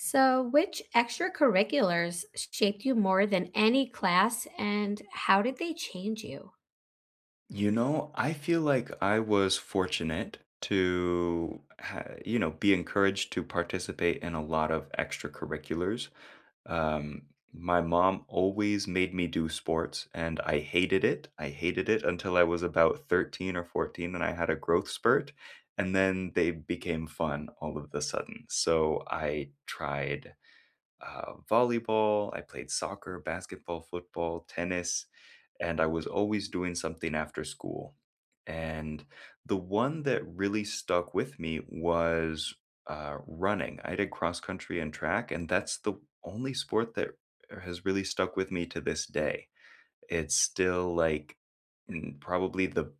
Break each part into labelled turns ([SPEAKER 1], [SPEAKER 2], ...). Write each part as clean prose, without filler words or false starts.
[SPEAKER 1] So, which extracurriculars shaped you more than any class, and how did they change you?
[SPEAKER 2] I feel like I was fortunate to be encouraged to participate in a lot of extracurriculars. My mom always made me do sports, and I hated it. I hated it until I was about 13 or 14, and I had a growth spurt, and then they became fun all of a sudden. So I tried volleyball, I played soccer, basketball, football, tennis, and I was always doing something after school. And the one that really stuck with me was running. I did cross country and track, and that's the only sport that has really stuck with me to this day. It's still, like, probably the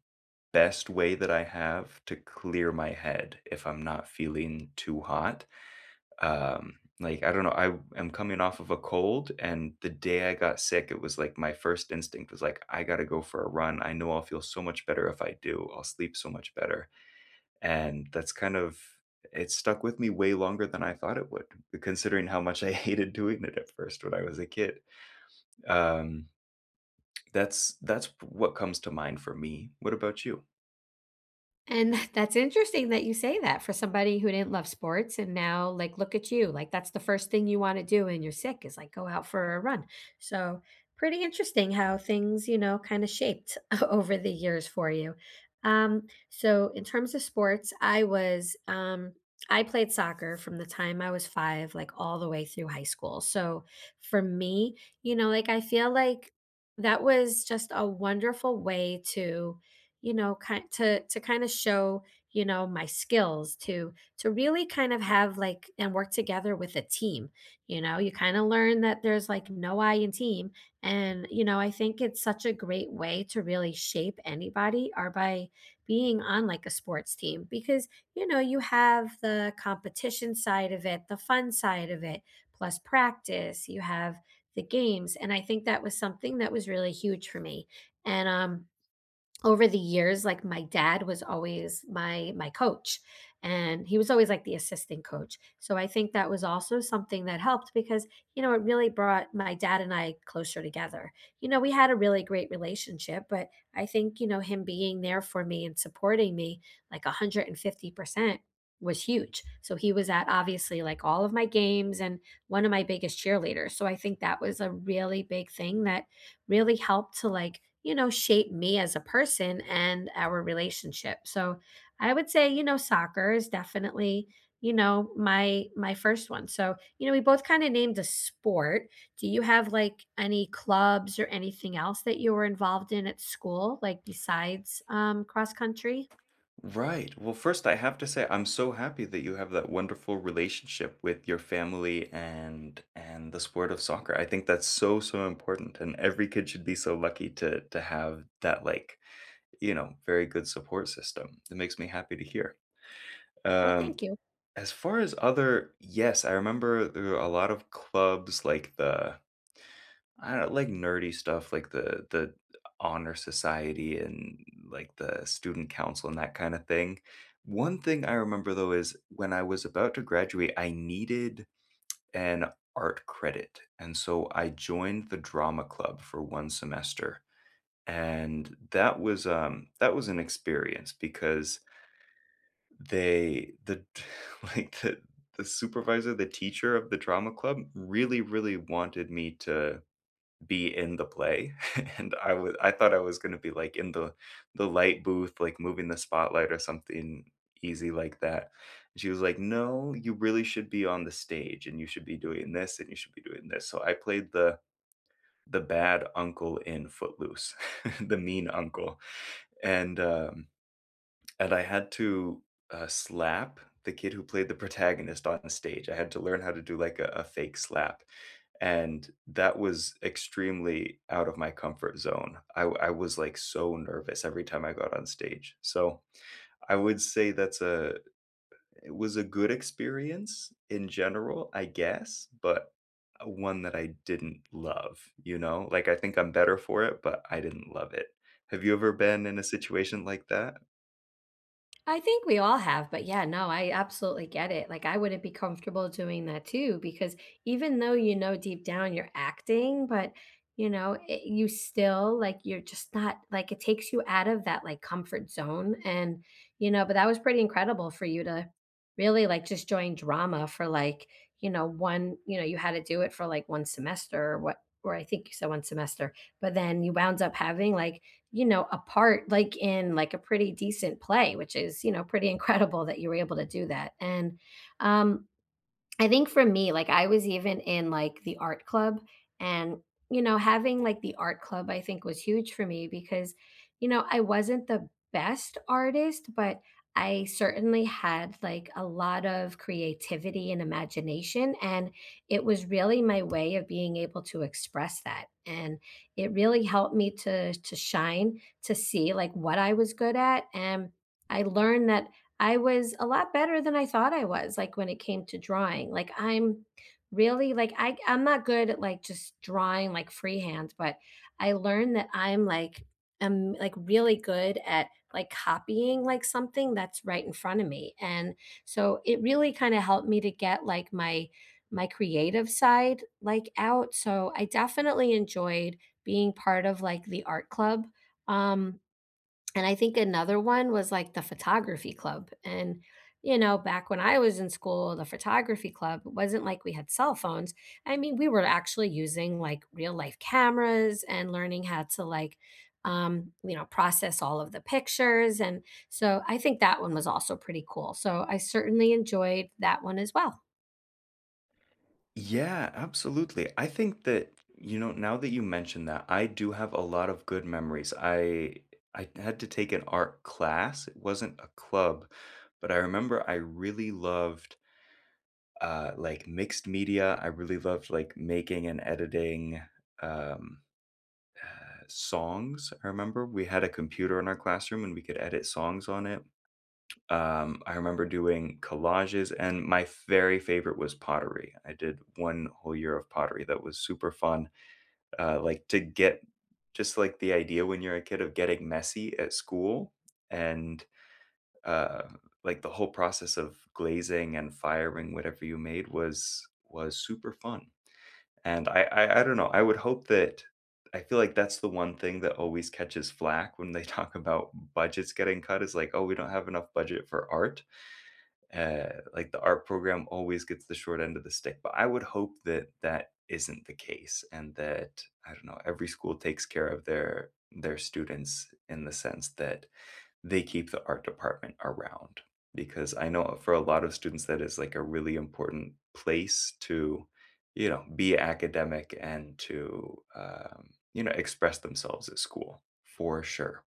[SPEAKER 2] best way that I have to clear my head if I'm not feeling too hot. Like, I don't know, I am coming off of a cold, and the day I got sick, it was like my first instinct was like, I gotta go for a run. I know I'll feel so much better if I do. I'll sleep so much better. And that's kind of, it stuck with me way longer than I thought it would, considering how much I hated doing it at first when I was a kid. Um that's that's what comes to mind for me. What about you?
[SPEAKER 1] And that's interesting that you say that for somebody who didn't love sports and now like look at you. Like that's the first thing you want to do when you're sick is like go out for a run. So pretty interesting how things, you know, kind of shaped over the years for you. So in terms of sports, I was I played soccer from the time I was 5, like all the way through high school. So for me, you know, like I feel like that was just a wonderful way to, you know, kind to kind of show, you know, my skills, to really kind of have like and work together with a team. You know, you kind of learn that there's like no I in team. And you know, I think it's such a great way to really shape anybody are by being on like a sports team, because you know, you have the competition side of it, the fun side of it, plus practice. You have the games, and I think that was something that was really huge for me. And over the years, like my dad was always my coach, and he was always like the assistant coach. So I think that was also something that helped, because you know, it really brought my dad and I closer together. You know, we had a really great relationship, but I think, you know, him being there for me and supporting me like 150% was huge. So he was at obviously like all of my games and one of my biggest cheerleaders. So I think that was a really big thing that really helped to, like, you know, shape me as a person and our relationship. So I would say, you know, soccer is definitely, you know, my first one. So, you know, we both kind of named a sport. Do you have like any clubs or anything else that you were involved in at school, like besides cross country?
[SPEAKER 2] Right. Well, first, I have to say I'm so happy that you have that wonderful relationship with your family and the sport of soccer. I think that's so, so important, and every kid should be so lucky to have that, like, very good support system. That makes me happy to hear.
[SPEAKER 1] Well,
[SPEAKER 2] Um,
[SPEAKER 1] thank you.
[SPEAKER 2] as far as other, yes, I remember there were a lot of clubs like the I don't like nerdy stuff like the honor society and like the student council and that kind of thing. One thing I remember though is when I was about to graduate, I needed an art credit. And so I joined the drama club for one semester. And that was an experience because they the like the supervisor, the teacher of the drama club really, really wanted me to be in the play, and I thought I was gonna be, like, in the light booth, like, moving the spotlight or something easy like that. And she was like, "No, you really should be on the stage, and you should be doing this, and you should be doing this." So I played the bad uncle in Footloose, the mean uncle, and, um and I had to, slap the kid who played the protagonist on stage. I had to learn how to do, like, a fake slap, and that was extremely out of my comfort zone. I was, like, so nervous every time I got on stage. So, I would say that's a it was a good experience in general, I guess, but, one that I didn't love, you know? Like, I think I'm better for it, but I didn't love it. Have you ever been in a situation like that?
[SPEAKER 1] I think we all have, but yeah, no, I absolutely get it. Like, I wouldn't be comfortable doing that too, because even though you know deep down you're acting, but you know, it, you still like you're just not like it takes you out of that like comfort zone. And you know, but that was pretty incredible for you to really like just join drama for like, you know, one, you know, you had to do it for like one semester or what, or I think you said one semester, but then you wound up having like, you know, a part like in like a pretty decent play, which is, you know, pretty incredible that you were able to do that. And um I think for me, like I was even in like the art club. And you know, having like the art club, I think was huge for me because you know, I wasn't the best artist, but I certainly had like a lot of creativity and imagination, and it was really my way of being able to express that. And it really helped me to shine, to see like what I was good at. And I learned that I was a lot better than I thought I was, like, when it came to drawing. Like, I'm really like I'm not good at, like, just drawing, like, freehand, but I learned that I'm like, really good at, like, copying, like, something that's right in front of me, and so it really kinda helped me to get, like, my creative side, like, out, so I definitely enjoyed being part of, like, the art club, um, and I think another one was, like, the photography club, and, you know, back when I was in school, the photography club wasn't like we had cell phones. I mean, we were actually using, like, real life cameras and learning how to, like, you know, process all of the pictures, and so I think that one was also pretty cool. So I certainly enjoyed that one as well.
[SPEAKER 2] Yeah, absolutely. I think that, now that you mention that, I do have a lot of good memories. I had to take an art class. It wasn't a club, but I remember I really loved like mixed media. I really loved like making and editing um songs. I remember we had a computer in our classroom and we could edit songs on it. I remember doing collages, and my very favorite was pottery. I did one whole year of pottery that was super fun, like, to get just, like, the idea when you're a kid of getting messy at school and, uh, like, the whole process of glazing and firing whatever you made was super fun, and I don't know, I would hope that I feel like that's the one thing that always catches flack when they talk about budgets getting cut is like, "Oh, we don't have enough budget for art." Like the art program always gets the short end of the stick. But I would hope that that isn't the case, and that I don't know every school takes care of their students in the sense that they keep the art department around because I know for a lot of students that is like a really important place to be academic and to express themselves at school for sure.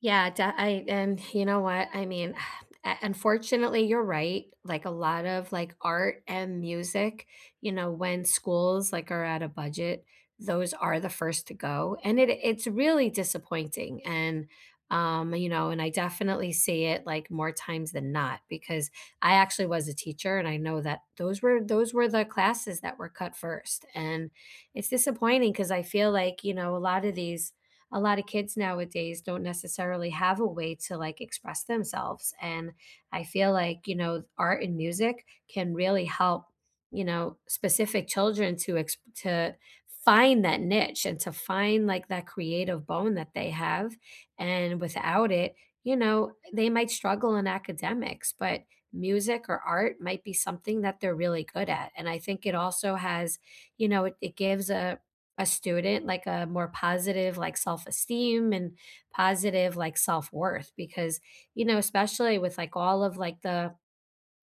[SPEAKER 1] Yeah, de I and you know what? I mean, u unfortunately, you're right. Like, a lot of, like, art and music, you know, when schools, like, are at a budget, those are the first to go, and it's really disappointing, and, you know, and I definitely see it, like, more times than not, because I actually was a teacher, and I know that those were the classes that were cut first. And it's disappointing because I feel like, you know, a lot of kids nowadays don't necessarily have a way to like express themselves. And I feel like, you know, art and music can really help, you know, specific children to to find that niche and to find like that creative bone that they have. And without it, you know, they might struggle in academics, but music or art might be something that they're really good at. And I think it also has, you know, it gives a student like a more positive like self-esteem and positive like self-worth, because you know especially with like all of like the,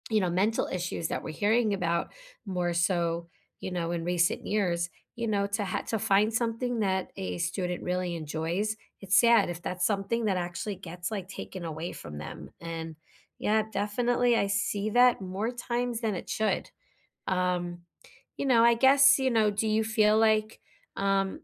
[SPEAKER 1] you know, mental issues that we're hearing about more so, you know, in recent years, you know, to to find something that a student really enjoys, it's sad if that's something that actually gets like taken away from them. And yeah, definitely I see that more times than it should. um, you know, I guess, you know, do you feel like, um,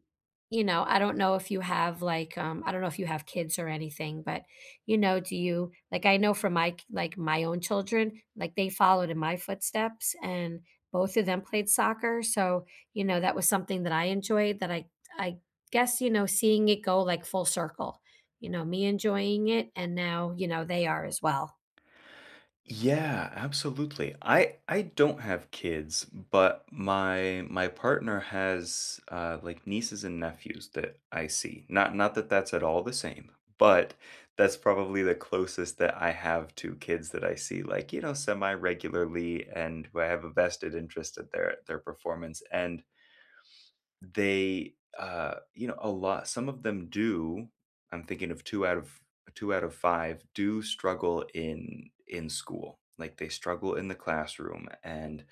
[SPEAKER 1] you know, I don't know if you have like, I don't know if you have kids or anything, but you know, do you like, I know from my, like my own children, like they followed in my footsteps and both of them played soccer. So, you know, that was something that I enjoyed that I guess, you know, seeing it go like full circle, you know, me enjoying it and now, you know, they are as well.
[SPEAKER 2] Yeah, absolutely. I don't have kids, but my partner has like nieces and nephews that I see. Not not that that's at all the same, but that's probably the closest that I have to kids that I see, like, semi regularly, and who I have a vested interest in their performance. And they, you know, a lot some of them do, I'm thinking of two out of five do struggle in school. Like, they struggle in the classroom and,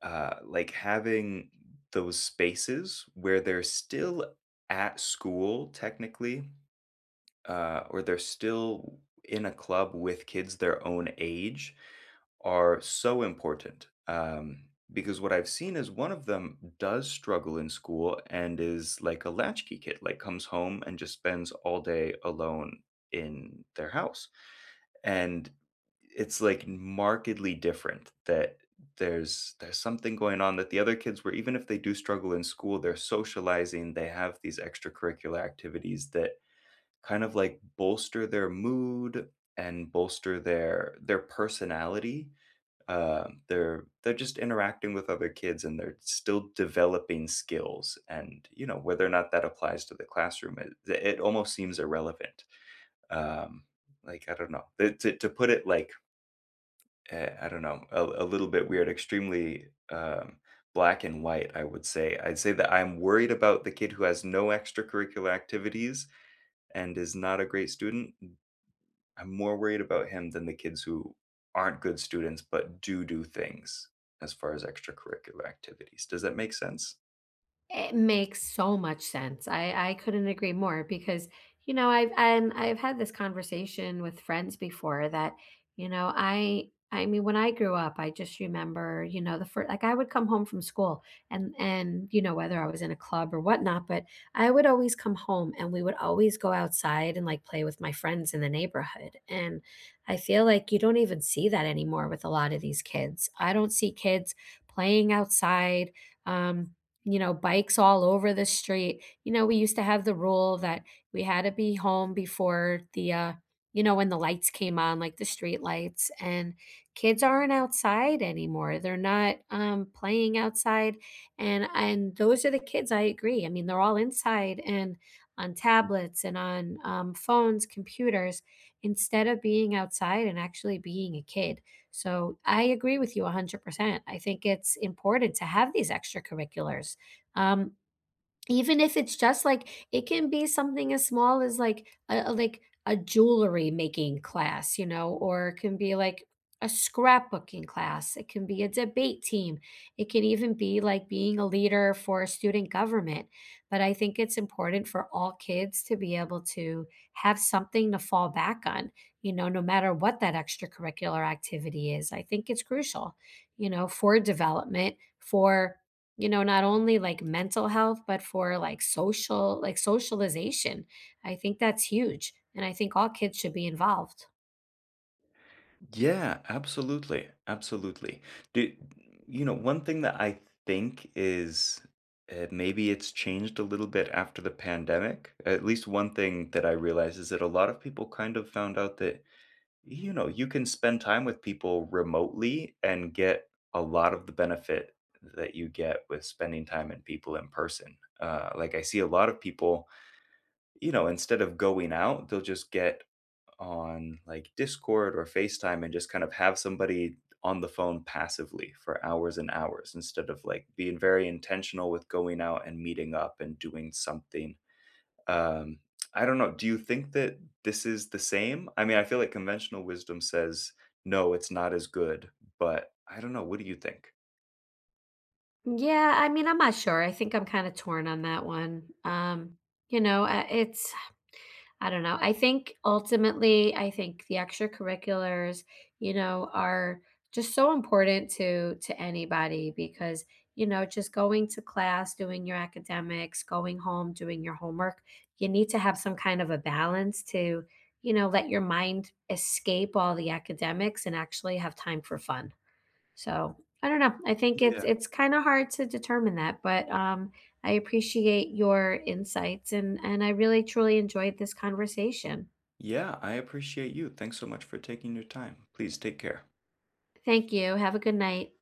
[SPEAKER 2] like, having those spaces where they're still at school technically, or they're still in a club with kids their own age are so important. Because what I've seen is one of them does struggle in school and is like a latchkey kid, like comes home and just spends all day alone in their house. And it's like markedly different that there's something going on, that the other kids were, even if they do struggle in school, they're socializing, they have these extracurricular activities that kind of like bolster their mood and bolster their personality. They're just interacting with other kids, and they're still developing skills. And whether or not that applies to the classroom, it almost seems irrelevant. Um, like, I don't know. To put it like, I don't know, a little bit weird, extremely black and white. I'd say that I'm worried about the kid who has no extracurricular activities and is not a great student. I'm more worried about him than the kids who aren't good students but do do things as far as extracurricular activities. Does that make sense?
[SPEAKER 1] It makes so much sense. I couldn't agree more because, you know, I've had this conversation with friends before that, you know, I mean, when I grew up, I just remember, you know, the first like I would come home from school and you know whether I was in a club or whatnot, but I would always come home and we would always go outside and like play with my friends in the neighborhood. And I feel like you don't even see that anymore with a lot of these kids. I don't see kids playing outside, um, you know, bikes all over the street. You know, we used to have the rule that we had to be home before the, you know, when the lights came on, like the street lights, and kids aren't outside anymore. They're not playing outside, and those are the kids. I agree. I mean, they're all inside and on tablets and on phones, computers, instead of being outside and actually being a kid. So I agree with you 100%. I think it's important to have these extracurriculars, um, even if it's just like it can be something as small as like a like a jewelry making class, you know, or it can be like a scrapbooking class. It can be a debate team. It can even be like being a leader for a student government. But I think it's important for all kids to be able to have something to fall back on, you know, no matter what that extracurricular activity is. I think it's crucial, you know, for development, for, you know, not only like mental health, but for like social like socialization. I think that's huge, and I think all kids should be involved.
[SPEAKER 2] Yeah, absolutely. Absolutely. Do, one thing that I think is maybe it's changed a little bit after the pandemic. At least one thing that I realized is that a lot of people kind of found out that you can spend time with people remotely and get a lot of the benefit that you get with spending time in people in person. Like, I see a lot of people, instead of going out, they'll just get on like Discord or FaceTime and just kind of have somebody on the phone passively for hours and hours instead of like being very intentional with going out and meeting up and doing something. um, I don't know. Do you think that this is the same? I mean, I feel like conventional wisdom says, no, it's not as good, but I don't know. What do you think?
[SPEAKER 1] Yeah, I mean, I'm not sure. I think I'm kind of torn on that one. You know, it's I don't know. I think ultimately, I think the extracurriculars, you know, are just so important to anybody because, you know, just going to class, doing your academics, going home, doing your homework, you need to have some kind of a balance to, you know, let your mind escape all the academics and actually have time for fun. So I don't know. I think
[SPEAKER 2] Yeah.
[SPEAKER 1] it's kind of hard to determine that, but I appreciate your insights and I really truly enjoyed this conversation.
[SPEAKER 2] Yeah, I appreciate you. Thanks so much for taking your time. Please take care.
[SPEAKER 1] Thank you. Have a good night.